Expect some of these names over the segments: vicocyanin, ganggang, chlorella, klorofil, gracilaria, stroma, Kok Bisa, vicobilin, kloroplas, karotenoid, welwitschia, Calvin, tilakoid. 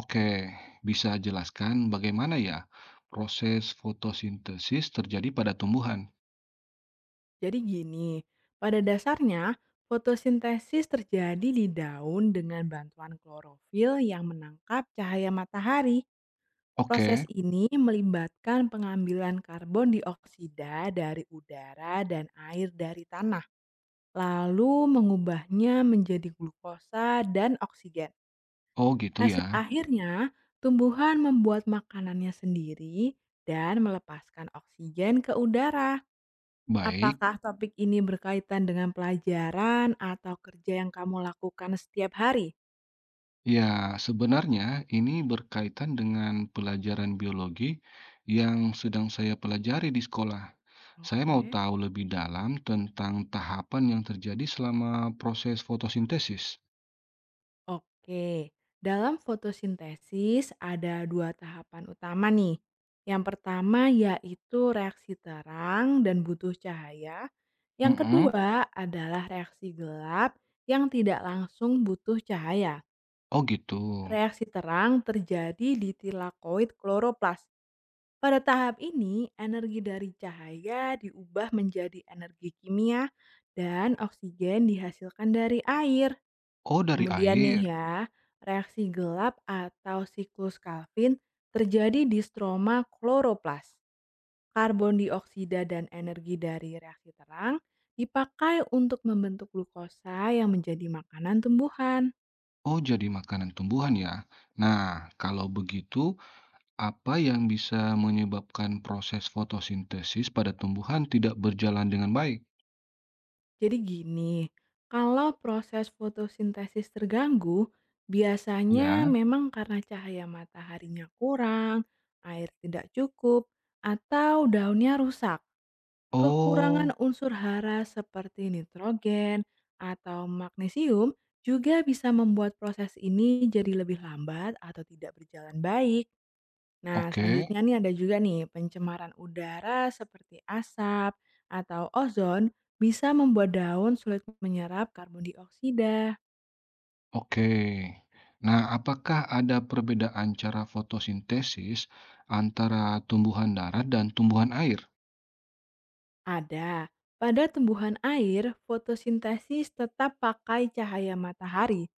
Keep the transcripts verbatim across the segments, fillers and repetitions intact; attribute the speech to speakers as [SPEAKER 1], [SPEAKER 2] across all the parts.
[SPEAKER 1] Oke, bisa jelaskan bagaimana ya proses fotosintesis terjadi pada tumbuhan?
[SPEAKER 2] Jadi gini, pada dasarnya fotosintesis terjadi di daun dengan bantuan klorofil yang menangkap cahaya matahari. Proses
[SPEAKER 1] Oke,
[SPEAKER 2] ini melibatkan pengambilan karbon dioksida dari udara dan air dari tanah, lalu mengubahnya menjadi glukosa dan oksigen.
[SPEAKER 1] oh gitu
[SPEAKER 2] Hasil
[SPEAKER 1] ya.
[SPEAKER 2] akhirnya, tumbuhan membuat makanannya sendiri dan melepaskan oksigen ke udara.
[SPEAKER 1] Baik,
[SPEAKER 2] Apakah topik ini berkaitan dengan pelajaran atau kerja yang kamu lakukan setiap hari?
[SPEAKER 1] ya sebenarnya ini berkaitan dengan pelajaran biologi yang sedang saya pelajari di sekolah. Saya mau
[SPEAKER 2] Oke.
[SPEAKER 1] tahu lebih dalam tentang tahapan yang terjadi selama proses fotosintesis.
[SPEAKER 2] Oke, dalam fotosintesis ada dua tahapan utama nih. Yang pertama yaitu reaksi terang dan butuh cahaya. Yang
[SPEAKER 1] Mm-mm.
[SPEAKER 2] kedua adalah reaksi gelap yang tidak langsung butuh cahaya.
[SPEAKER 1] Oh gitu.
[SPEAKER 2] Reaksi terang terjadi di tilakoid kloroplas. Pada tahap ini, energi dari cahaya diubah menjadi energi kimia dan oksigen dihasilkan dari air.
[SPEAKER 1] Oh dari
[SPEAKER 2] Kemudian
[SPEAKER 1] air.
[SPEAKER 2] nih ya, reaksi gelap atau siklus Calvin terjadi di stroma kloroplas. Karbon dioksida dan energi dari reaksi terang dipakai untuk membentuk glukosa yang menjadi makanan tumbuhan.
[SPEAKER 1] Oh jadi makanan tumbuhan ya. Nah, kalau begitu, apa yang bisa menyebabkan proses fotosintesis pada tumbuhan tidak berjalan dengan baik?
[SPEAKER 2] Jadi gini, kalau proses fotosintesis terganggu, biasanya
[SPEAKER 1] Ya.
[SPEAKER 2] memang karena cahaya mataharinya kurang, air tidak cukup, atau daunnya rusak.
[SPEAKER 1] Oh,
[SPEAKER 2] Kekurangan unsur hara seperti nitrogen atau magnesium juga bisa membuat proses ini jadi lebih lambat atau tidak berjalan baik. Nah,
[SPEAKER 1] oke,
[SPEAKER 2] selanjutnya nih ada juga nih pencemaran udara seperti asap atau ozon bisa membuat daun sulit menyerap karbon dioksida.
[SPEAKER 1] oke. Nah, apakah ada perbedaan cara fotosintesis antara tumbuhan darat dan tumbuhan air?
[SPEAKER 2] Ada, pada tumbuhan air, fotosintesis tetap pakai cahaya matahari,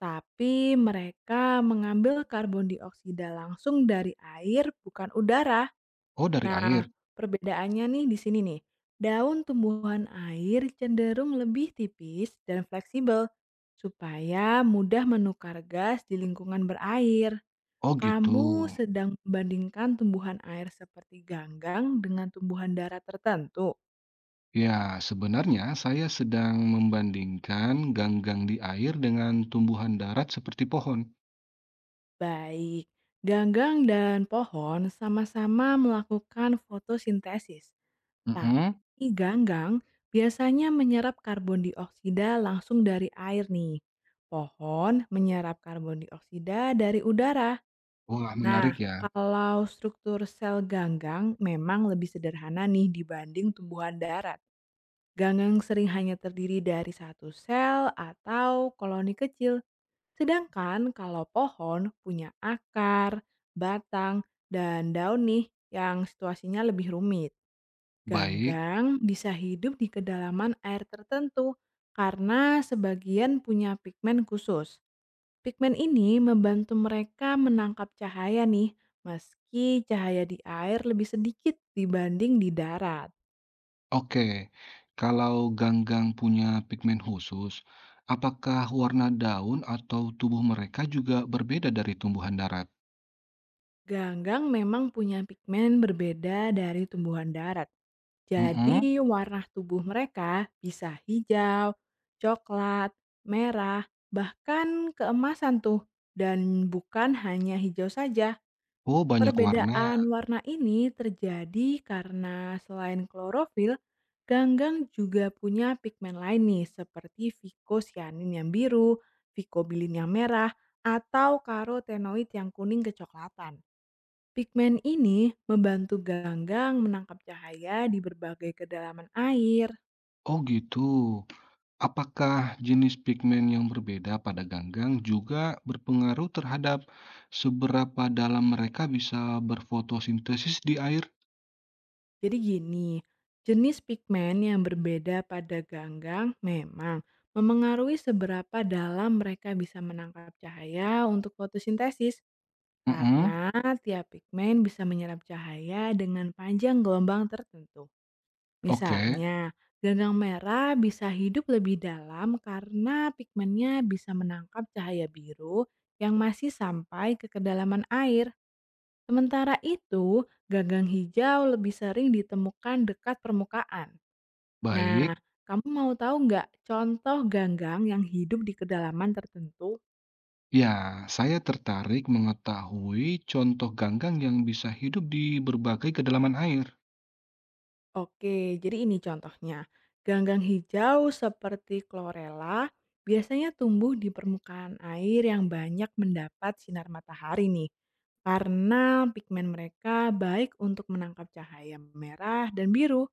[SPEAKER 2] tapi mereka mengambil karbon dioksida langsung dari air, bukan udara.
[SPEAKER 1] Oh, dari
[SPEAKER 2] Nah,
[SPEAKER 1] air.
[SPEAKER 2] perbedaannya nih di sini nih. Daun tumbuhan air cenderung lebih tipis dan fleksibel supaya mudah menukar gas di lingkungan berair.
[SPEAKER 1] Oh, gitu.
[SPEAKER 2] Kamu sedang membandingkan tumbuhan air seperti ganggang dengan tumbuhan darat tertentu.
[SPEAKER 1] Ya, sebenarnya saya sedang membandingkan ganggang di air dengan tumbuhan darat seperti pohon.
[SPEAKER 2] Baik, ganggang dan pohon sama-sama melakukan fotosintesis.
[SPEAKER 1] Mm-mm.
[SPEAKER 2] Tapi ganggang biasanya menyerap karbon dioksida langsung dari air nih. Pohon menyerap karbon dioksida dari udara.
[SPEAKER 1] Wah,
[SPEAKER 2] Nah,
[SPEAKER 1] menarik ya.
[SPEAKER 2] kalau struktur sel ganggang memang lebih sederhana nih dibanding tumbuhan darat. Ganggang sering hanya terdiri dari satu sel atau koloni kecil. Sedangkan kalau pohon punya akar, batang, dan daun nih yang situasinya lebih rumit.
[SPEAKER 1] Baik.
[SPEAKER 2] Ganggang bisa hidup di kedalaman air tertentu karena sebagian punya pigmen khusus. Pigmen ini membantu mereka menangkap cahaya nih, meski cahaya di air lebih sedikit dibanding di darat.
[SPEAKER 1] Oke, kalau ganggang punya pigmen khusus, apakah warna daun atau tubuh mereka juga berbeda dari tumbuhan darat?
[SPEAKER 2] Ganggang memang punya pigmen berbeda dari tumbuhan darat.
[SPEAKER 1] Mhm.
[SPEAKER 2] Jadi warna tubuh mereka bisa hijau, coklat, merah, bahkan keemasan tuh. Dan bukan hanya hijau saja.
[SPEAKER 1] Oh, banyak warna.
[SPEAKER 2] Perbedaan warna ini terjadi karena selain klorofil, ganggang juga punya pigmen lain nih seperti vicocyanin yang biru, vicobilin yang merah, atau karotenoid yang kuning kecoklatan. Pigmen ini membantu ganggang menangkap cahaya di berbagai kedalaman air.
[SPEAKER 1] Oh, gitu. Apakah jenis pigmen yang berbeda pada ganggang juga berpengaruh terhadap seberapa dalam mereka bisa berfotosintesis di air?
[SPEAKER 2] Jadi gini, jenis pigmen yang berbeda pada ganggang memang memengaruhi seberapa dalam mereka bisa menangkap cahaya untuk fotosintesis.
[SPEAKER 1] Mhm.
[SPEAKER 2] Karena tiap pigmen bisa menyerap cahaya dengan panjang gelombang tertentu.
[SPEAKER 1] Oke,
[SPEAKER 2] Misalnya, ganggang merah bisa hidup lebih dalam karena pigmennya bisa menangkap cahaya biru yang masih sampai ke kedalaman air. Sementara itu, gagang hijau lebih sering ditemukan dekat permukaan. Nah,
[SPEAKER 1] baik.
[SPEAKER 2] kamu mau tahu nggak contoh ganggang yang hidup di kedalaman tertentu?
[SPEAKER 1] Ya, saya tertarik mengetahui contoh ganggang yang bisa hidup di berbagai kedalaman air.
[SPEAKER 2] Oke, jadi ini contohnya. Ganggang hijau seperti chlorella biasanya tumbuh di permukaan air yang banyak mendapat sinar matahari nih. Karena pigmen mereka baik untuk menangkap cahaya merah dan biru.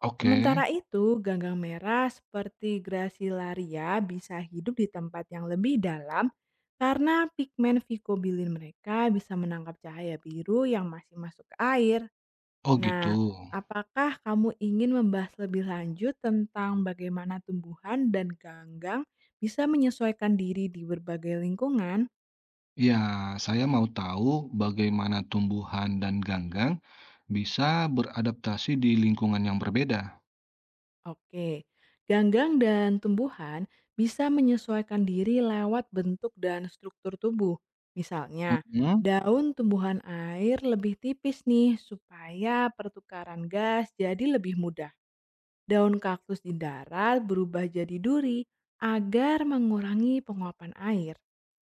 [SPEAKER 1] Oke,
[SPEAKER 2] Sementara itu, ganggang merah seperti gracilaria bisa hidup di tempat yang lebih dalam karena pigmen vicobilin mereka bisa menangkap cahaya biru yang masih masuk ke air.
[SPEAKER 1] oh gitu.
[SPEAKER 2] Nah, apakah kamu ingin membahas lebih lanjut tentang bagaimana tumbuhan dan ganggang bisa menyesuaikan diri di berbagai lingkungan?
[SPEAKER 1] Ya, saya mau tahu bagaimana tumbuhan dan ganggang bisa beradaptasi di lingkungan yang berbeda.
[SPEAKER 2] Oke, ganggang dan tumbuhan bisa menyesuaikan diri lewat bentuk dan struktur tubuh. Misalnya,
[SPEAKER 1] Mhm.
[SPEAKER 2] daun tumbuhan air lebih tipis nih supaya pertukaran gas jadi lebih mudah. Daun kaktus di darat berubah jadi duri agar mengurangi penguapan air.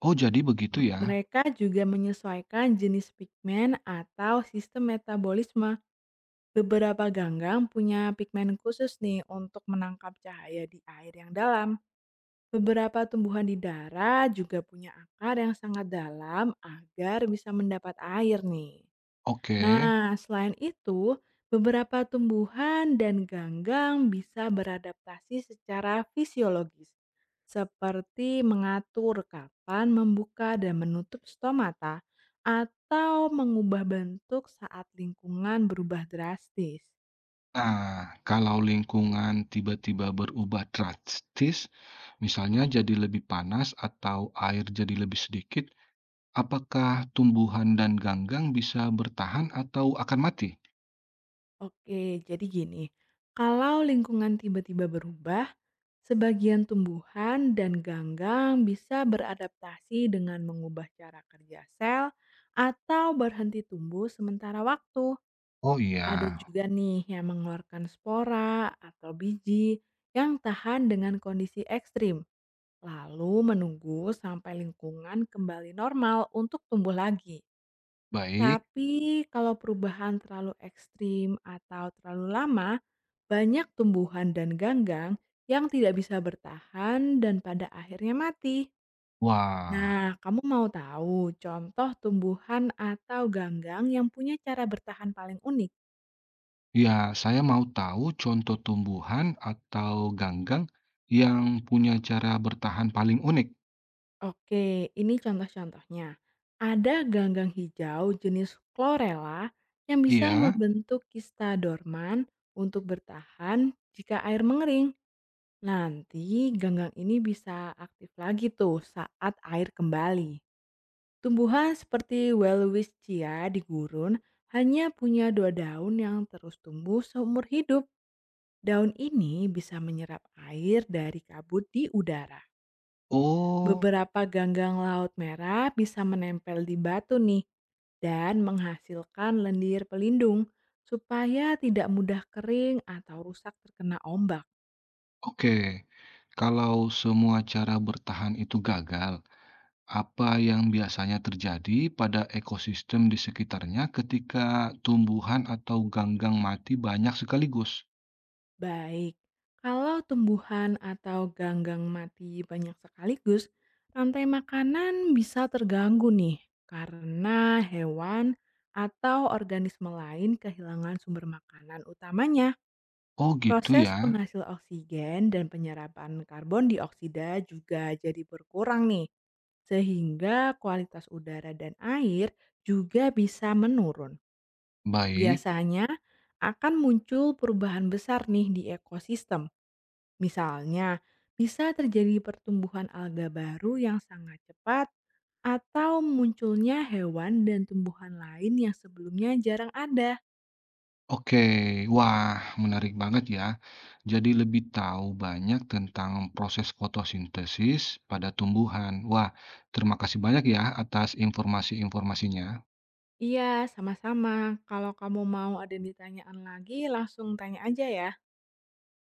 [SPEAKER 1] Oh, jadi begitu
[SPEAKER 2] M-
[SPEAKER 1] ya.
[SPEAKER 2] Mereka juga menyesuaikan jenis pigmen atau sistem metabolisme. Beberapa ganggang punya pigmen khusus nih untuk menangkap cahaya di air yang dalam. Beberapa tumbuhan di darat juga punya akar yang sangat dalam agar bisa mendapat air nih.
[SPEAKER 1] Oke.
[SPEAKER 2] Nah, selain itu, beberapa tumbuhan dan ganggang bisa beradaptasi secara fisiologis, seperti mengatur kapan membuka dan menutup stomata atau mengubah bentuk saat lingkungan berubah drastis.
[SPEAKER 1] Nah, kalau lingkungan tiba-tiba berubah drastis, misalnya jadi lebih panas atau air jadi lebih sedikit, apakah tumbuhan dan ganggang bisa bertahan atau akan mati?
[SPEAKER 2] Oke, jadi gini, kalau lingkungan tiba-tiba berubah, sebagian tumbuhan dan ganggang bisa beradaptasi dengan mengubah cara kerja sel atau berhenti tumbuh sementara waktu.
[SPEAKER 1] Oh
[SPEAKER 2] Ada
[SPEAKER 1] iya,
[SPEAKER 2] juga nih yang mengeluarkan spora atau biji yang tahan dengan kondisi ekstrim, lalu menunggu sampai lingkungan kembali normal untuk tumbuh lagi.
[SPEAKER 1] baik.
[SPEAKER 2] Tapi kalau perubahan terlalu ekstrim atau terlalu lama, banyak tumbuhan dan ganggang yang tidak bisa bertahan dan pada akhirnya mati. Nah,
[SPEAKER 1] Wah,
[SPEAKER 2] kamu mau tahu contoh tumbuhan atau ganggang yang punya cara bertahan paling unik?
[SPEAKER 1] ya saya mau tahu contoh tumbuhan atau ganggang yang punya cara bertahan paling unik.
[SPEAKER 2] Oke, ini contoh-contohnya. Ada ganggang hijau jenis chlorella yang bisa
[SPEAKER 1] Iya.
[SPEAKER 2] membentuk kista dorman untuk bertahan jika air mengering. Nanti ganggang ini bisa aktif lagi tuh saat air kembali. Tumbuhan seperti welwitschia di gurun hanya punya dua daun yang terus tumbuh seumur hidup. Daun ini bisa menyerap air dari kabut di udara.
[SPEAKER 1] Oh,
[SPEAKER 2] Beberapa ganggang laut merah bisa menempel di batu nih dan menghasilkan lendir pelindung supaya tidak mudah kering atau rusak terkena ombak.
[SPEAKER 1] oke. Kalau semua cara bertahan itu gagal, apa yang biasanya terjadi pada ekosistem di sekitarnya ketika tumbuhan atau ganggang mati banyak sekaligus?
[SPEAKER 2] Baik, kalau tumbuhan atau ganggang mati banyak sekaligus, rantai makanan bisa terganggu nih karena hewan atau organisme lain kehilangan sumber makanan utamanya.
[SPEAKER 1] Oh gitu ya.
[SPEAKER 2] Proses penghasil oksigen dan penyerapan karbon dioksida juga jadi berkurang nih, sehingga kualitas udara dan air juga bisa menurun.
[SPEAKER 1] Baik,
[SPEAKER 2] Biasanya akan muncul perubahan besar nih di ekosistem. Misalnya, bisa terjadi pertumbuhan alga baru yang sangat cepat atau munculnya hewan dan tumbuhan lain yang sebelumnya jarang ada.
[SPEAKER 1] oke. Wah, menarik banget ya. Jadi lebih tahu banyak tentang proses fotosintesis pada tumbuhan. Wah, terima kasih banyak ya atas informasi-informasinya.
[SPEAKER 2] Iya, sama-sama. Kalau kamu mau ada ditanyaan lagi, langsung tanya aja ya.